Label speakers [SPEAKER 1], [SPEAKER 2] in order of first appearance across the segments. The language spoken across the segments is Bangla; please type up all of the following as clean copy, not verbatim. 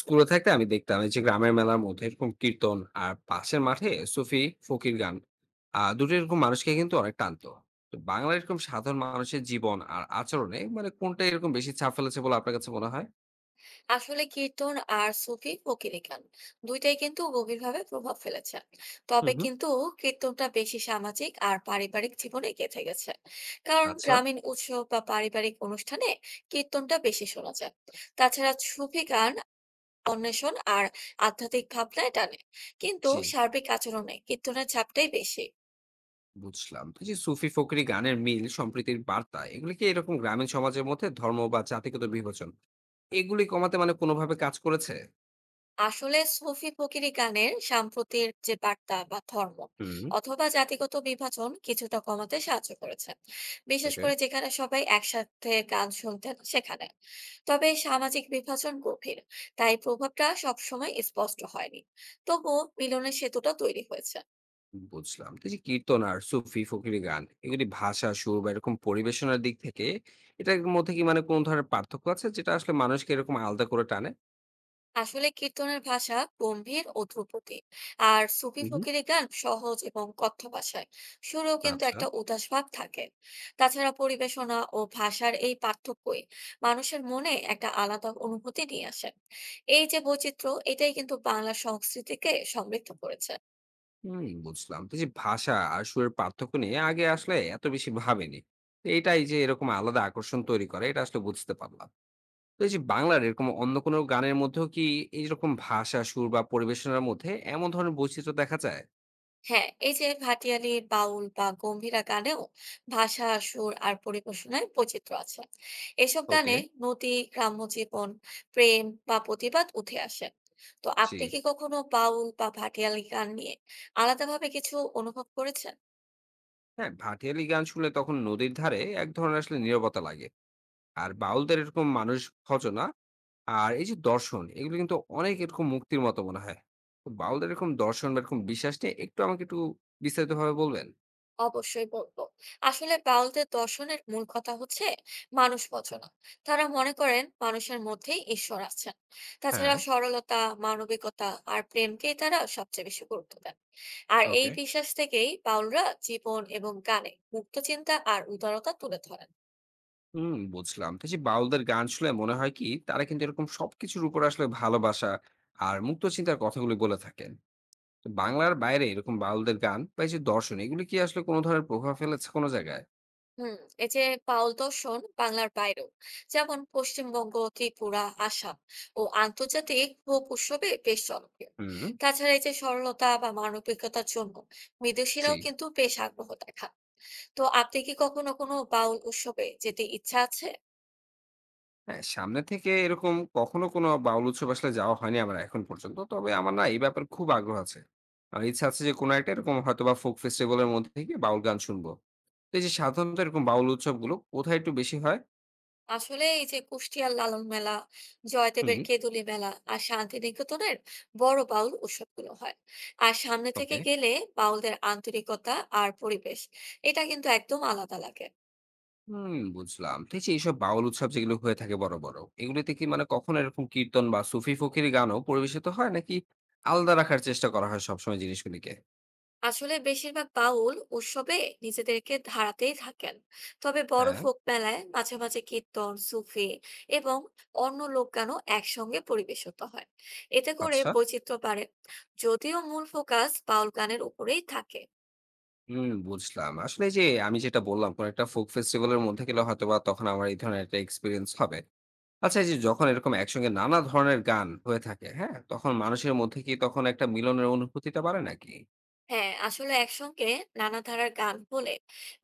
[SPEAKER 1] স্কুলে থাকতে আমি দেখতাম এই যে গ্রামের মেলার মধ্যে এরকম কীর্তন আর পাশের মাঠে সুফি ফকির গান। দুটো এরকম মানুষকে কিন্তু অনেক টানতো। তো বাংলার এরকম সাধারণ মানুষের জীবন আর আচরণে মানে কোনটা এরকম বেশি ছাপ ফেলেছে বলে আপনার কাছে মনে হয়?
[SPEAKER 2] আসলে কীর্তন আর সুফি ফকিরি গান দুইটাই কিন্তু গভীরভাবে প্রভাব ফেলেছে।
[SPEAKER 1] হুম,
[SPEAKER 2] তবে
[SPEAKER 1] হুম।
[SPEAKER 2] কিন্তু কীর্তনটা বেশি সামাজিক আর পারিবারিক জীবনে গেঁথে গেছে। কারণ
[SPEAKER 1] আচ্ছা।
[SPEAKER 2] গ্রামীণ উৎসব বা পারিবারিক অনুষ্ঠানে কীর্তনটা বেশি শোনা যায়। তাছাড়া সুফি গান অন্বেষণ আর আধ্যাত্মিক ভাবনায় টানে, কিন্তু
[SPEAKER 1] জি,
[SPEAKER 2] সার্বিক আচরণে কীর্তনের ছাপটাই বেশি।
[SPEAKER 1] বুঝলাম। তো এই যে সুফি ফকরি গানের মিল, সম্প্রীতির বার্তা এগুলি কি এরকম গ্রামীণ সমাজের মধ্যে ধর্ম বা জাতিগত বিভাজন এগুলি কমাতে মানে কোনোভাবে কাজ করেছে?
[SPEAKER 2] আসলে সফি ফকিরি গানের সাম্প্রতির যে বার্তা বা ধর্ম
[SPEAKER 1] হুম।
[SPEAKER 2] অথবা জাতিগত বিভাজন কিছুটা কমাতে সাহায্য করেছে, বিশেষ
[SPEAKER 1] ওকে।
[SPEAKER 2] করে যেখানে সবাই একসাথে গান শুনতেন সেখানে। তবে সামাজিক বিভাজন গভীর, তাই প্রভাবটা সবসময় স্পষ্ট হয়নি। তবুও মিলনের সেতুটা তৈরি হয়েছে।
[SPEAKER 1] বুঝলাম। তো এই যে কীর্তন আর সুফি, ফকিরি গান এগুলি ভাষা, সুর বা এরকম পরিবেশনার দিক থেকে এটার মধ্যে কি মানে কোন ধরনের পার্থক্য আছে যেটা আসলে মানুষকে এরকম আলাদা করে টানে?
[SPEAKER 2] আসলে কীর্তনের ভাষা গম্ভীর ও ধ্রুপদী, আর সুফি
[SPEAKER 1] হু, হু।
[SPEAKER 2] ফকিরি গান সহজ এবং কথ্য ভাষায়। সুরেও কিন্তু
[SPEAKER 1] আচ্ছা।
[SPEAKER 2] একটা উদাস ভাব থাকে। তাছাড়া পরিবেশনা ও ভাষার এই পার্থক্যই মানুষের মনে একটা আলাদা অনুভূতি নিয়ে আসে। এই যে বৈচিত্র্য, এটাই কিন্তু বাংলা সংস্কৃতিকে সমৃদ্ধ করেছে।
[SPEAKER 1] হুম, বুঝলাম। তো এই যে ভাষা আর সুরের পার্থক্য নিয়ে আগে আসলে এত বেশি ভাবিনি। তো এটাই যে এরকম আলাদা আকর্ষণ তৈরি করে এটা আসলে বুঝতে পারলাম। তো এই যে বাংলার এরকম অন্য কোনো গানের মধ্যেও কি এইরকম ভাষা, সুর বা পরিবেশনার মধ্যে এমন ধরনের বৈচিত্র্য দেখা যায়?
[SPEAKER 2] হ্যাঁ, এই যে ভাটিয়ালি বাউল বা গম্ভীরা গানেও ভাষা, সুর আর পরিবেশনায় বৈচিত্র্য আছে। এসব
[SPEAKER 1] ওকে।
[SPEAKER 2] গানে নদী, গ্রাম্য জীবন, প্রেম বা প্রতিবাদ উঠে আসে। তো
[SPEAKER 1] জি।
[SPEAKER 2] আপনি কি কখনো বাউল বা ভাটিয়ালি গান নিয়ে আলাদাভাবে কিছু অনুভব করেছেন?
[SPEAKER 1] হ্যাঁ, ভাটিয়ালি গান শুনলে তখন নদীর ধারে এক ধরনের আসলে নীরবতা লাগে। আর বাউলদের এরকম মানুষ ভজনা আর এই যে দর্শন এগুলো কিন্তু অনেক এরকম মুক্তির মতো মনে হয়। তো বাউলদের এরকম দর্শন বা এরকম বিশ্বাস নিয়ে আমাকে একটু বিস্তারিত ভাবে বলবেন।
[SPEAKER 2] অবশ্যই বলবো। আসলে বাউলদের দর্শনের মূল কথা হচ্ছে মানুষ বচনা। তারা মনে করেন মানুষের মধ্যেই ঈশ্বর আছেন।
[SPEAKER 1] হ্যাঁ।
[SPEAKER 2] তাছাড়া সরলতা, মানবিকতা আর প্রেমকেই তারা সবচেয়ে বেশি গুরুত্ব দেন। আর এই
[SPEAKER 1] ওকে।
[SPEAKER 2] বিশ্বাস থেকেই বাউলরা জীবন এবং গানে মুক্ত চিন্তা আর উদারতা তুলে ধরেন।
[SPEAKER 1] হুম, বুঝলাম। তো এই যে বাউলদের গান শুনলে মনে হয় কি তারা কিন্তু এরকম সবকিছুর উপর আসলে ভালোবাসা আর মুক্ত চিন্তার কথাগুলি বলে থাকেন। তো বাংলার বাইরে এরকম বাউলদের গান বা এই যে দর্শন এগুলি কি আসলে কোনো ধরনের প্রভাব ফেলেছে কোনো জায়গায়?
[SPEAKER 2] হুম, এই যে বাউল দর্শন বাংলার বাইরেও, যেমন পশ্চিমবঙ্গ, ত্রিপুরা, আসাম ও আন্তর্জাতিক ফোক উৎসবে বেশ জনপ্রিয়।
[SPEAKER 1] হুম।
[SPEAKER 2] তাছাড়া এই যে সরলতা বা মানবিকতার জন্য
[SPEAKER 1] জি।
[SPEAKER 2] বিদেশিরাও কিন্তু বেশ আগ্রহ দেখান। তো আপনি কি কখনো কোনো বাউল উৎসবে যেতে ইচ্ছা আছে?
[SPEAKER 1] হ্যাঁ, সামনে থেকে এরকম কখনো কোনো বাউল উৎসব আসলে যাওয়া হয়নি আমার এখন পর্যন্ত। তবে আমার না এই ব্যাপারে খুব আগ্রহ আছে। আর ইচ্ছা আছে যে কোনো একটা এরকম হয়তোবা ফোক ফেস্টিভাল এর মধ্যে থেকে বাউল গান শুনবো। তো এই যে সাধারণত এরকম বাউল উৎসবগুলো কোথায় একটু বেশি হয়?
[SPEAKER 2] আসলে এই যে কুষ্টিয়ার লালন মেলা,
[SPEAKER 1] হুম।
[SPEAKER 2] জয়দেবের কেঁদুলি মেলা আর শান্তিনিকেতনের বড় বাউল উৎসবগুলো হয়। আর সামনে
[SPEAKER 1] ওকে।
[SPEAKER 2] থেকে গেলে বাউলদের আন্তরিকতা আর পরিবেশ, এটা কিন্তু একদম আলাদা লাগে।
[SPEAKER 1] হুম, বুঝলাম। তো এই যে এইসব বাউল উৎসব যেগুলো হয়ে থাকে বড়, বড় এগুলোতে কি মানে কখনো এরকম কীর্তন বা সুফি ফকির গানও পরিবেশিত হয় নাকি আলাদা রাখার চেষ্টা করা হয় সবসময় জিনিসগুলিকে?
[SPEAKER 2] আসলে বেশিরভাগ বাউল উৎসবে নিজেদেরকে ধারাতেই থাকেন। তবে বড়
[SPEAKER 1] হ্যাঁ।
[SPEAKER 2] ফোক মেলায় মাঝে মাঝে কীর্তন, সুফি এবং অন্য লোকগানও একসঙ্গে পরিবেশিত হয়। এতে করে
[SPEAKER 1] আচ্ছা।
[SPEAKER 2] বৈচিত্র্য বাড়ে, যদিও মূল ফোকাস বাউল গানের উপরেই থাকে।
[SPEAKER 1] হুম, বুঝলাম। আসলে এই যে আমি যেটা বললাম, কোন একটা ফোক ফেস্টিভাল এর মধ্যে গেলে হয়তোবা তখন আমার এই ধরনের একটা এক্সপেরিয়েন্স হবে। আচ্ছা, এই যে যখন এরকম একসঙ্গে নানা ধরনের গান হয়ে থাকে, হ্যাঁ? তখন মানুষের মধ্যে কি তখন একটা মিলনের অনুভূতিটা বাড়ে নাকি?
[SPEAKER 2] হ্যাঁ, আসলে একসঙ্গে নানা ধারার গান হলে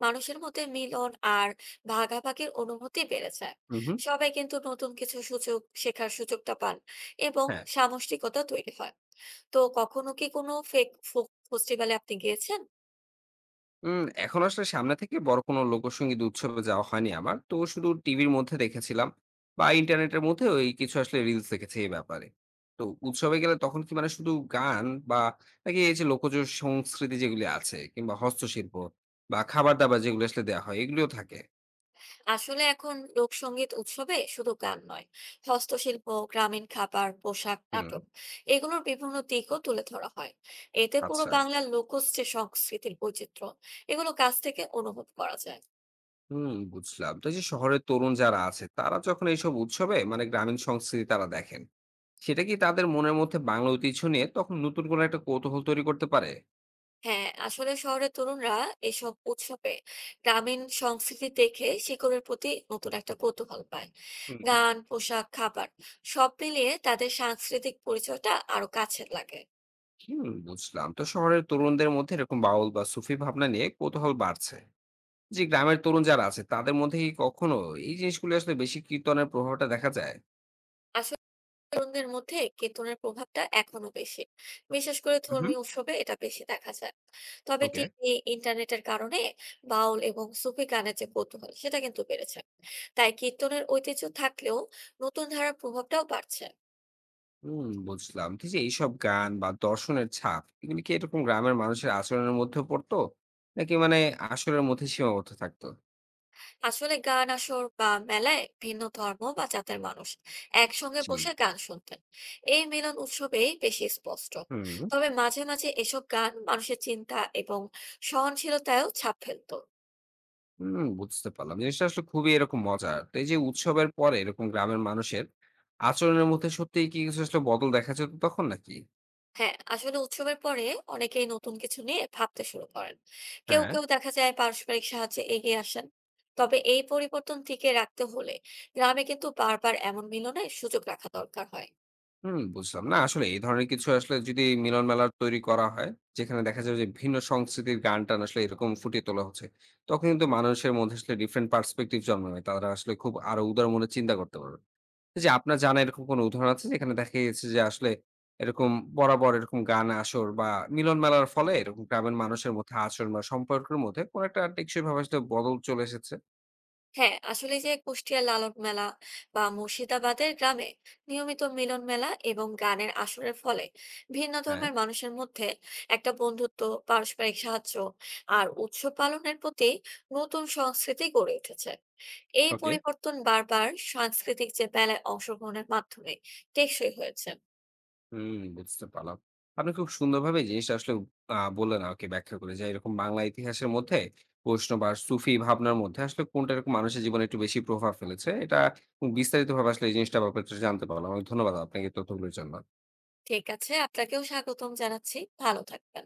[SPEAKER 2] মানুষের মধ্যে মিলন আর ভাগাভাগির অনুভূতি বেড়ে যায়।
[SPEAKER 1] হু, হু,
[SPEAKER 2] সবাই কিন্তু নতুন কিছু সুযোগ শেখার সুযোগটা পান এবং
[SPEAKER 1] হ্যাঁ।
[SPEAKER 2] সামষ্টিকতা তৈরি হয়। তো কখনো কি কোনো ফেক ফোক ফেস্টিভ্যালে আপনি গিয়েছেন?
[SPEAKER 1] এখন আসলে সামনে থেকে বড় কোনো লোকসঙ্গীত উৎসবে যাওয়া হয়নি আমার। তো শুধু টিভির মধ্যে দেখেছিলাম বা ইন্টারনেটের মধ্যে ওই কিছু আসলে রিলস দেখেছি এই ব্যাপারে। তো উৎসবে গেলে তখন কি মানে শুধু গান বা নাকি এই যে লোকজ সংস্কৃতি যেগুলি আছে কিংবা হস্তশিল্প বা খাবার-দাবার যেগুলো আসলে দেয়া হয় এগুলিও থাকে?
[SPEAKER 2] আসলে এখন লোকসংগীত উৎসবে শুধু গান নয়, হস্তশিল্প, গ্রামীণ খাবার, পোশাক,
[SPEAKER 1] হুম,
[SPEAKER 2] নাটক এগুলোর বিভিন্ন দিকও তুলে ধরা হয়। এতে পুরো
[SPEAKER 1] আচ্ছা।
[SPEAKER 2] বাংলার লোকজ যে সংস্কৃতির বৈচিত্র্য, এগুলো কাছ থেকে অনুভব করা যায়।
[SPEAKER 1] হুম, বুঝলাম। তো এই যে শহরের তরুণ যারা আছে তারা যখন এইসব উৎসবে মানে গ্রামীণ সংস্কৃতি তারা দেখেন, সেটা কি তাদের মনের মধ্যে বাংলা ঐতিহ্য নিয়ে তখন নতুন কোনো একটা কৌতূহল তৈরি করতে পারে?
[SPEAKER 2] হ্যাঁ, আসলে শহরের তরুণরা এসব উৎসবে গ্রামীণ সংস্কৃতি দেখে শিকড়ের প্রতি নতুন একটা কৌতূহল পায়।
[SPEAKER 1] হুম।
[SPEAKER 2] গান, পোশাক, খাবার সব মিলিয়ে তাদের সাংস্কৃতিক পরিচয়টা আরো কাছের লাগে।
[SPEAKER 1] হুম, বুঝলাম। তো শহরের তরুণদের মধ্যে এরকম বাউল বা সুফি ভাবনা নিয়ে কৌতূহল বাড়ছে। যে গ্রামের তরুণ যারা আছে তাদের মধ্যে কি কখনো এই জিনিসগুলো আসলে বেশি কীর্তনের প্রভাবটা দেখা যায়?
[SPEAKER 2] আসলে তরুণদের মধ্যে কেতনের প্রভাবটা এখনো বেশি, বিশেষ করে
[SPEAKER 1] হুম, হুম।
[SPEAKER 2] ধর্মীয় উৎসবে এটা বেশি দেখা যায়। তবে
[SPEAKER 1] ওকে।
[SPEAKER 2] টিভি, ইন্টারনেটের কারণে বাউল এবং সুফি গানের যে কৌতূহল সেটা কিন্তু বেড়েছে। তাই কীর্তনের ঐতিহ্য থাকলেও নতুন ধারার প্রভাবটাও বাড়ছে।
[SPEAKER 1] হুম, বুঝলাম। তো এই যে এইসব গান বা দর্শনের ছাপ এগুলি কি এরকম গ্রামের মানুষের আচরণের মধ্যেও পড়তো? নাকি মানে আসরের মধ্যে সীমাবদ্ধ থাকতো?
[SPEAKER 2] আসলে গান আসর বা মেলায় ভিন্ন ধর্ম বা জাতের মানুষ একসঙ্গে
[SPEAKER 1] জি।
[SPEAKER 2] বসে গান শুনতেন। এই মিলন উৎসবেই বেশি স্পষ্ট।
[SPEAKER 1] হুম,
[SPEAKER 2] তবে মাঝে মাঝে এসব গান মানুষের চিন্তা এবং সহনশীলতায়ও ছাপ ফেলতো।
[SPEAKER 1] হুম, বুঝতে পারলাম। জিনিসটা আসলে খুবই এরকম মজার। তো এই যে উৎসবের পরে এরকম গ্রামের মানুষের আচরণের মধ্যে সত্যিই কি কিছু আসলে বদল দেখা যেত তখন নাকি?
[SPEAKER 2] হ্যাঁ, আসলে উৎসবের পরে অনেকেই নতুন কিছু নিয়ে ভাবতে শুরু করেন। কেউ
[SPEAKER 1] হ্যাঁ।
[SPEAKER 2] কেউ দেখা যায় পারস্পরিক সাহায্যে এগিয়ে আসেন। তবে এই পরিবর্তন টিকে রাখতে হলে গ্রামে কিন্তু বারবার এমন মিলনের সুযোগ রাখা দরকার হয়।
[SPEAKER 1] হুম, বুঝলাম। না আসলে এই ধরনের কিছু আসলে যদি মিলন মেলা তৈরি করা হয়, যেখানে দেখা যায় যে ভিন্ন সংস্কৃতির গান-টান আসলে এরকম ফুটিয়ে তোলা হচ্ছে। তখন কিন্তু মানুষের মধ্যে আসলে ডিফারেন্ট পার্সপেক্টিভ জন্ম নেয়। তারা আসলে খুব আরো উদার মনে চিন্তা করতে পারবে। তো যে আপনার জানা এরকম কোনো উদাহরণ আছে যেখানে দেখা গেছে যে আসলে এরকম বরাবর এরকম গান আসর বা মিলন মেলার ফলে এরকম গ্রামের মানুষের মধ্যে আচরণ বা সম্পর্কের মধ্যে কোন একটা টেকসই ভাবে আসলে বদল চলে এসেছে?
[SPEAKER 2] হ্যাঁ, আসলে যে কুষ্টিয়া লালন মেলা বা মুর্শিদাবাদের গ্রামে নিয়মিত মিলন মেলা এবং গানের আসরের ফলে ভিন্ন
[SPEAKER 1] হ্যাঁ।
[SPEAKER 2] ধর্মের মানুষের মধ্যে একটা বন্ধুত্ব, পারস্পরিক সাহায্য আর উৎসব পালনের প্রতি নতুন সংস্কৃতি গড়ে উঠেছে। এই
[SPEAKER 1] ওকে।
[SPEAKER 2] পরিবর্তন বারবার সাংস্কৃতিক যে মেলায় অংশগ্রহণের মাধ্যমে টেকসই হয়েছে।
[SPEAKER 1] হুম, বুঝতে পারলাম। আপনি খুব সুন্দরভাবে জিনিসটা আসলে বললেন আমাকে ব্যাখ্যা করে যে, এরকম বাংলা ইতিহাসের মধ্যে বৈষ্ণব আর সুফি ভাবনার মধ্যে আসলে কোনটা এরকম মানুষের জীবনে একটু বেশি প্রভাব ফেলেছে। এটা বিস্তারিতভাবে আসলে এই জিনিসটার ব্যাপারে একটু জানতে পারলাম। অনেক ধন্যবাদ আপনাকে এই তথ্যগুলোর জন্য।
[SPEAKER 2] ঠিক আছে, আপনাকেও স্বাগতম জানাচ্ছি। ভালো থাকবেন।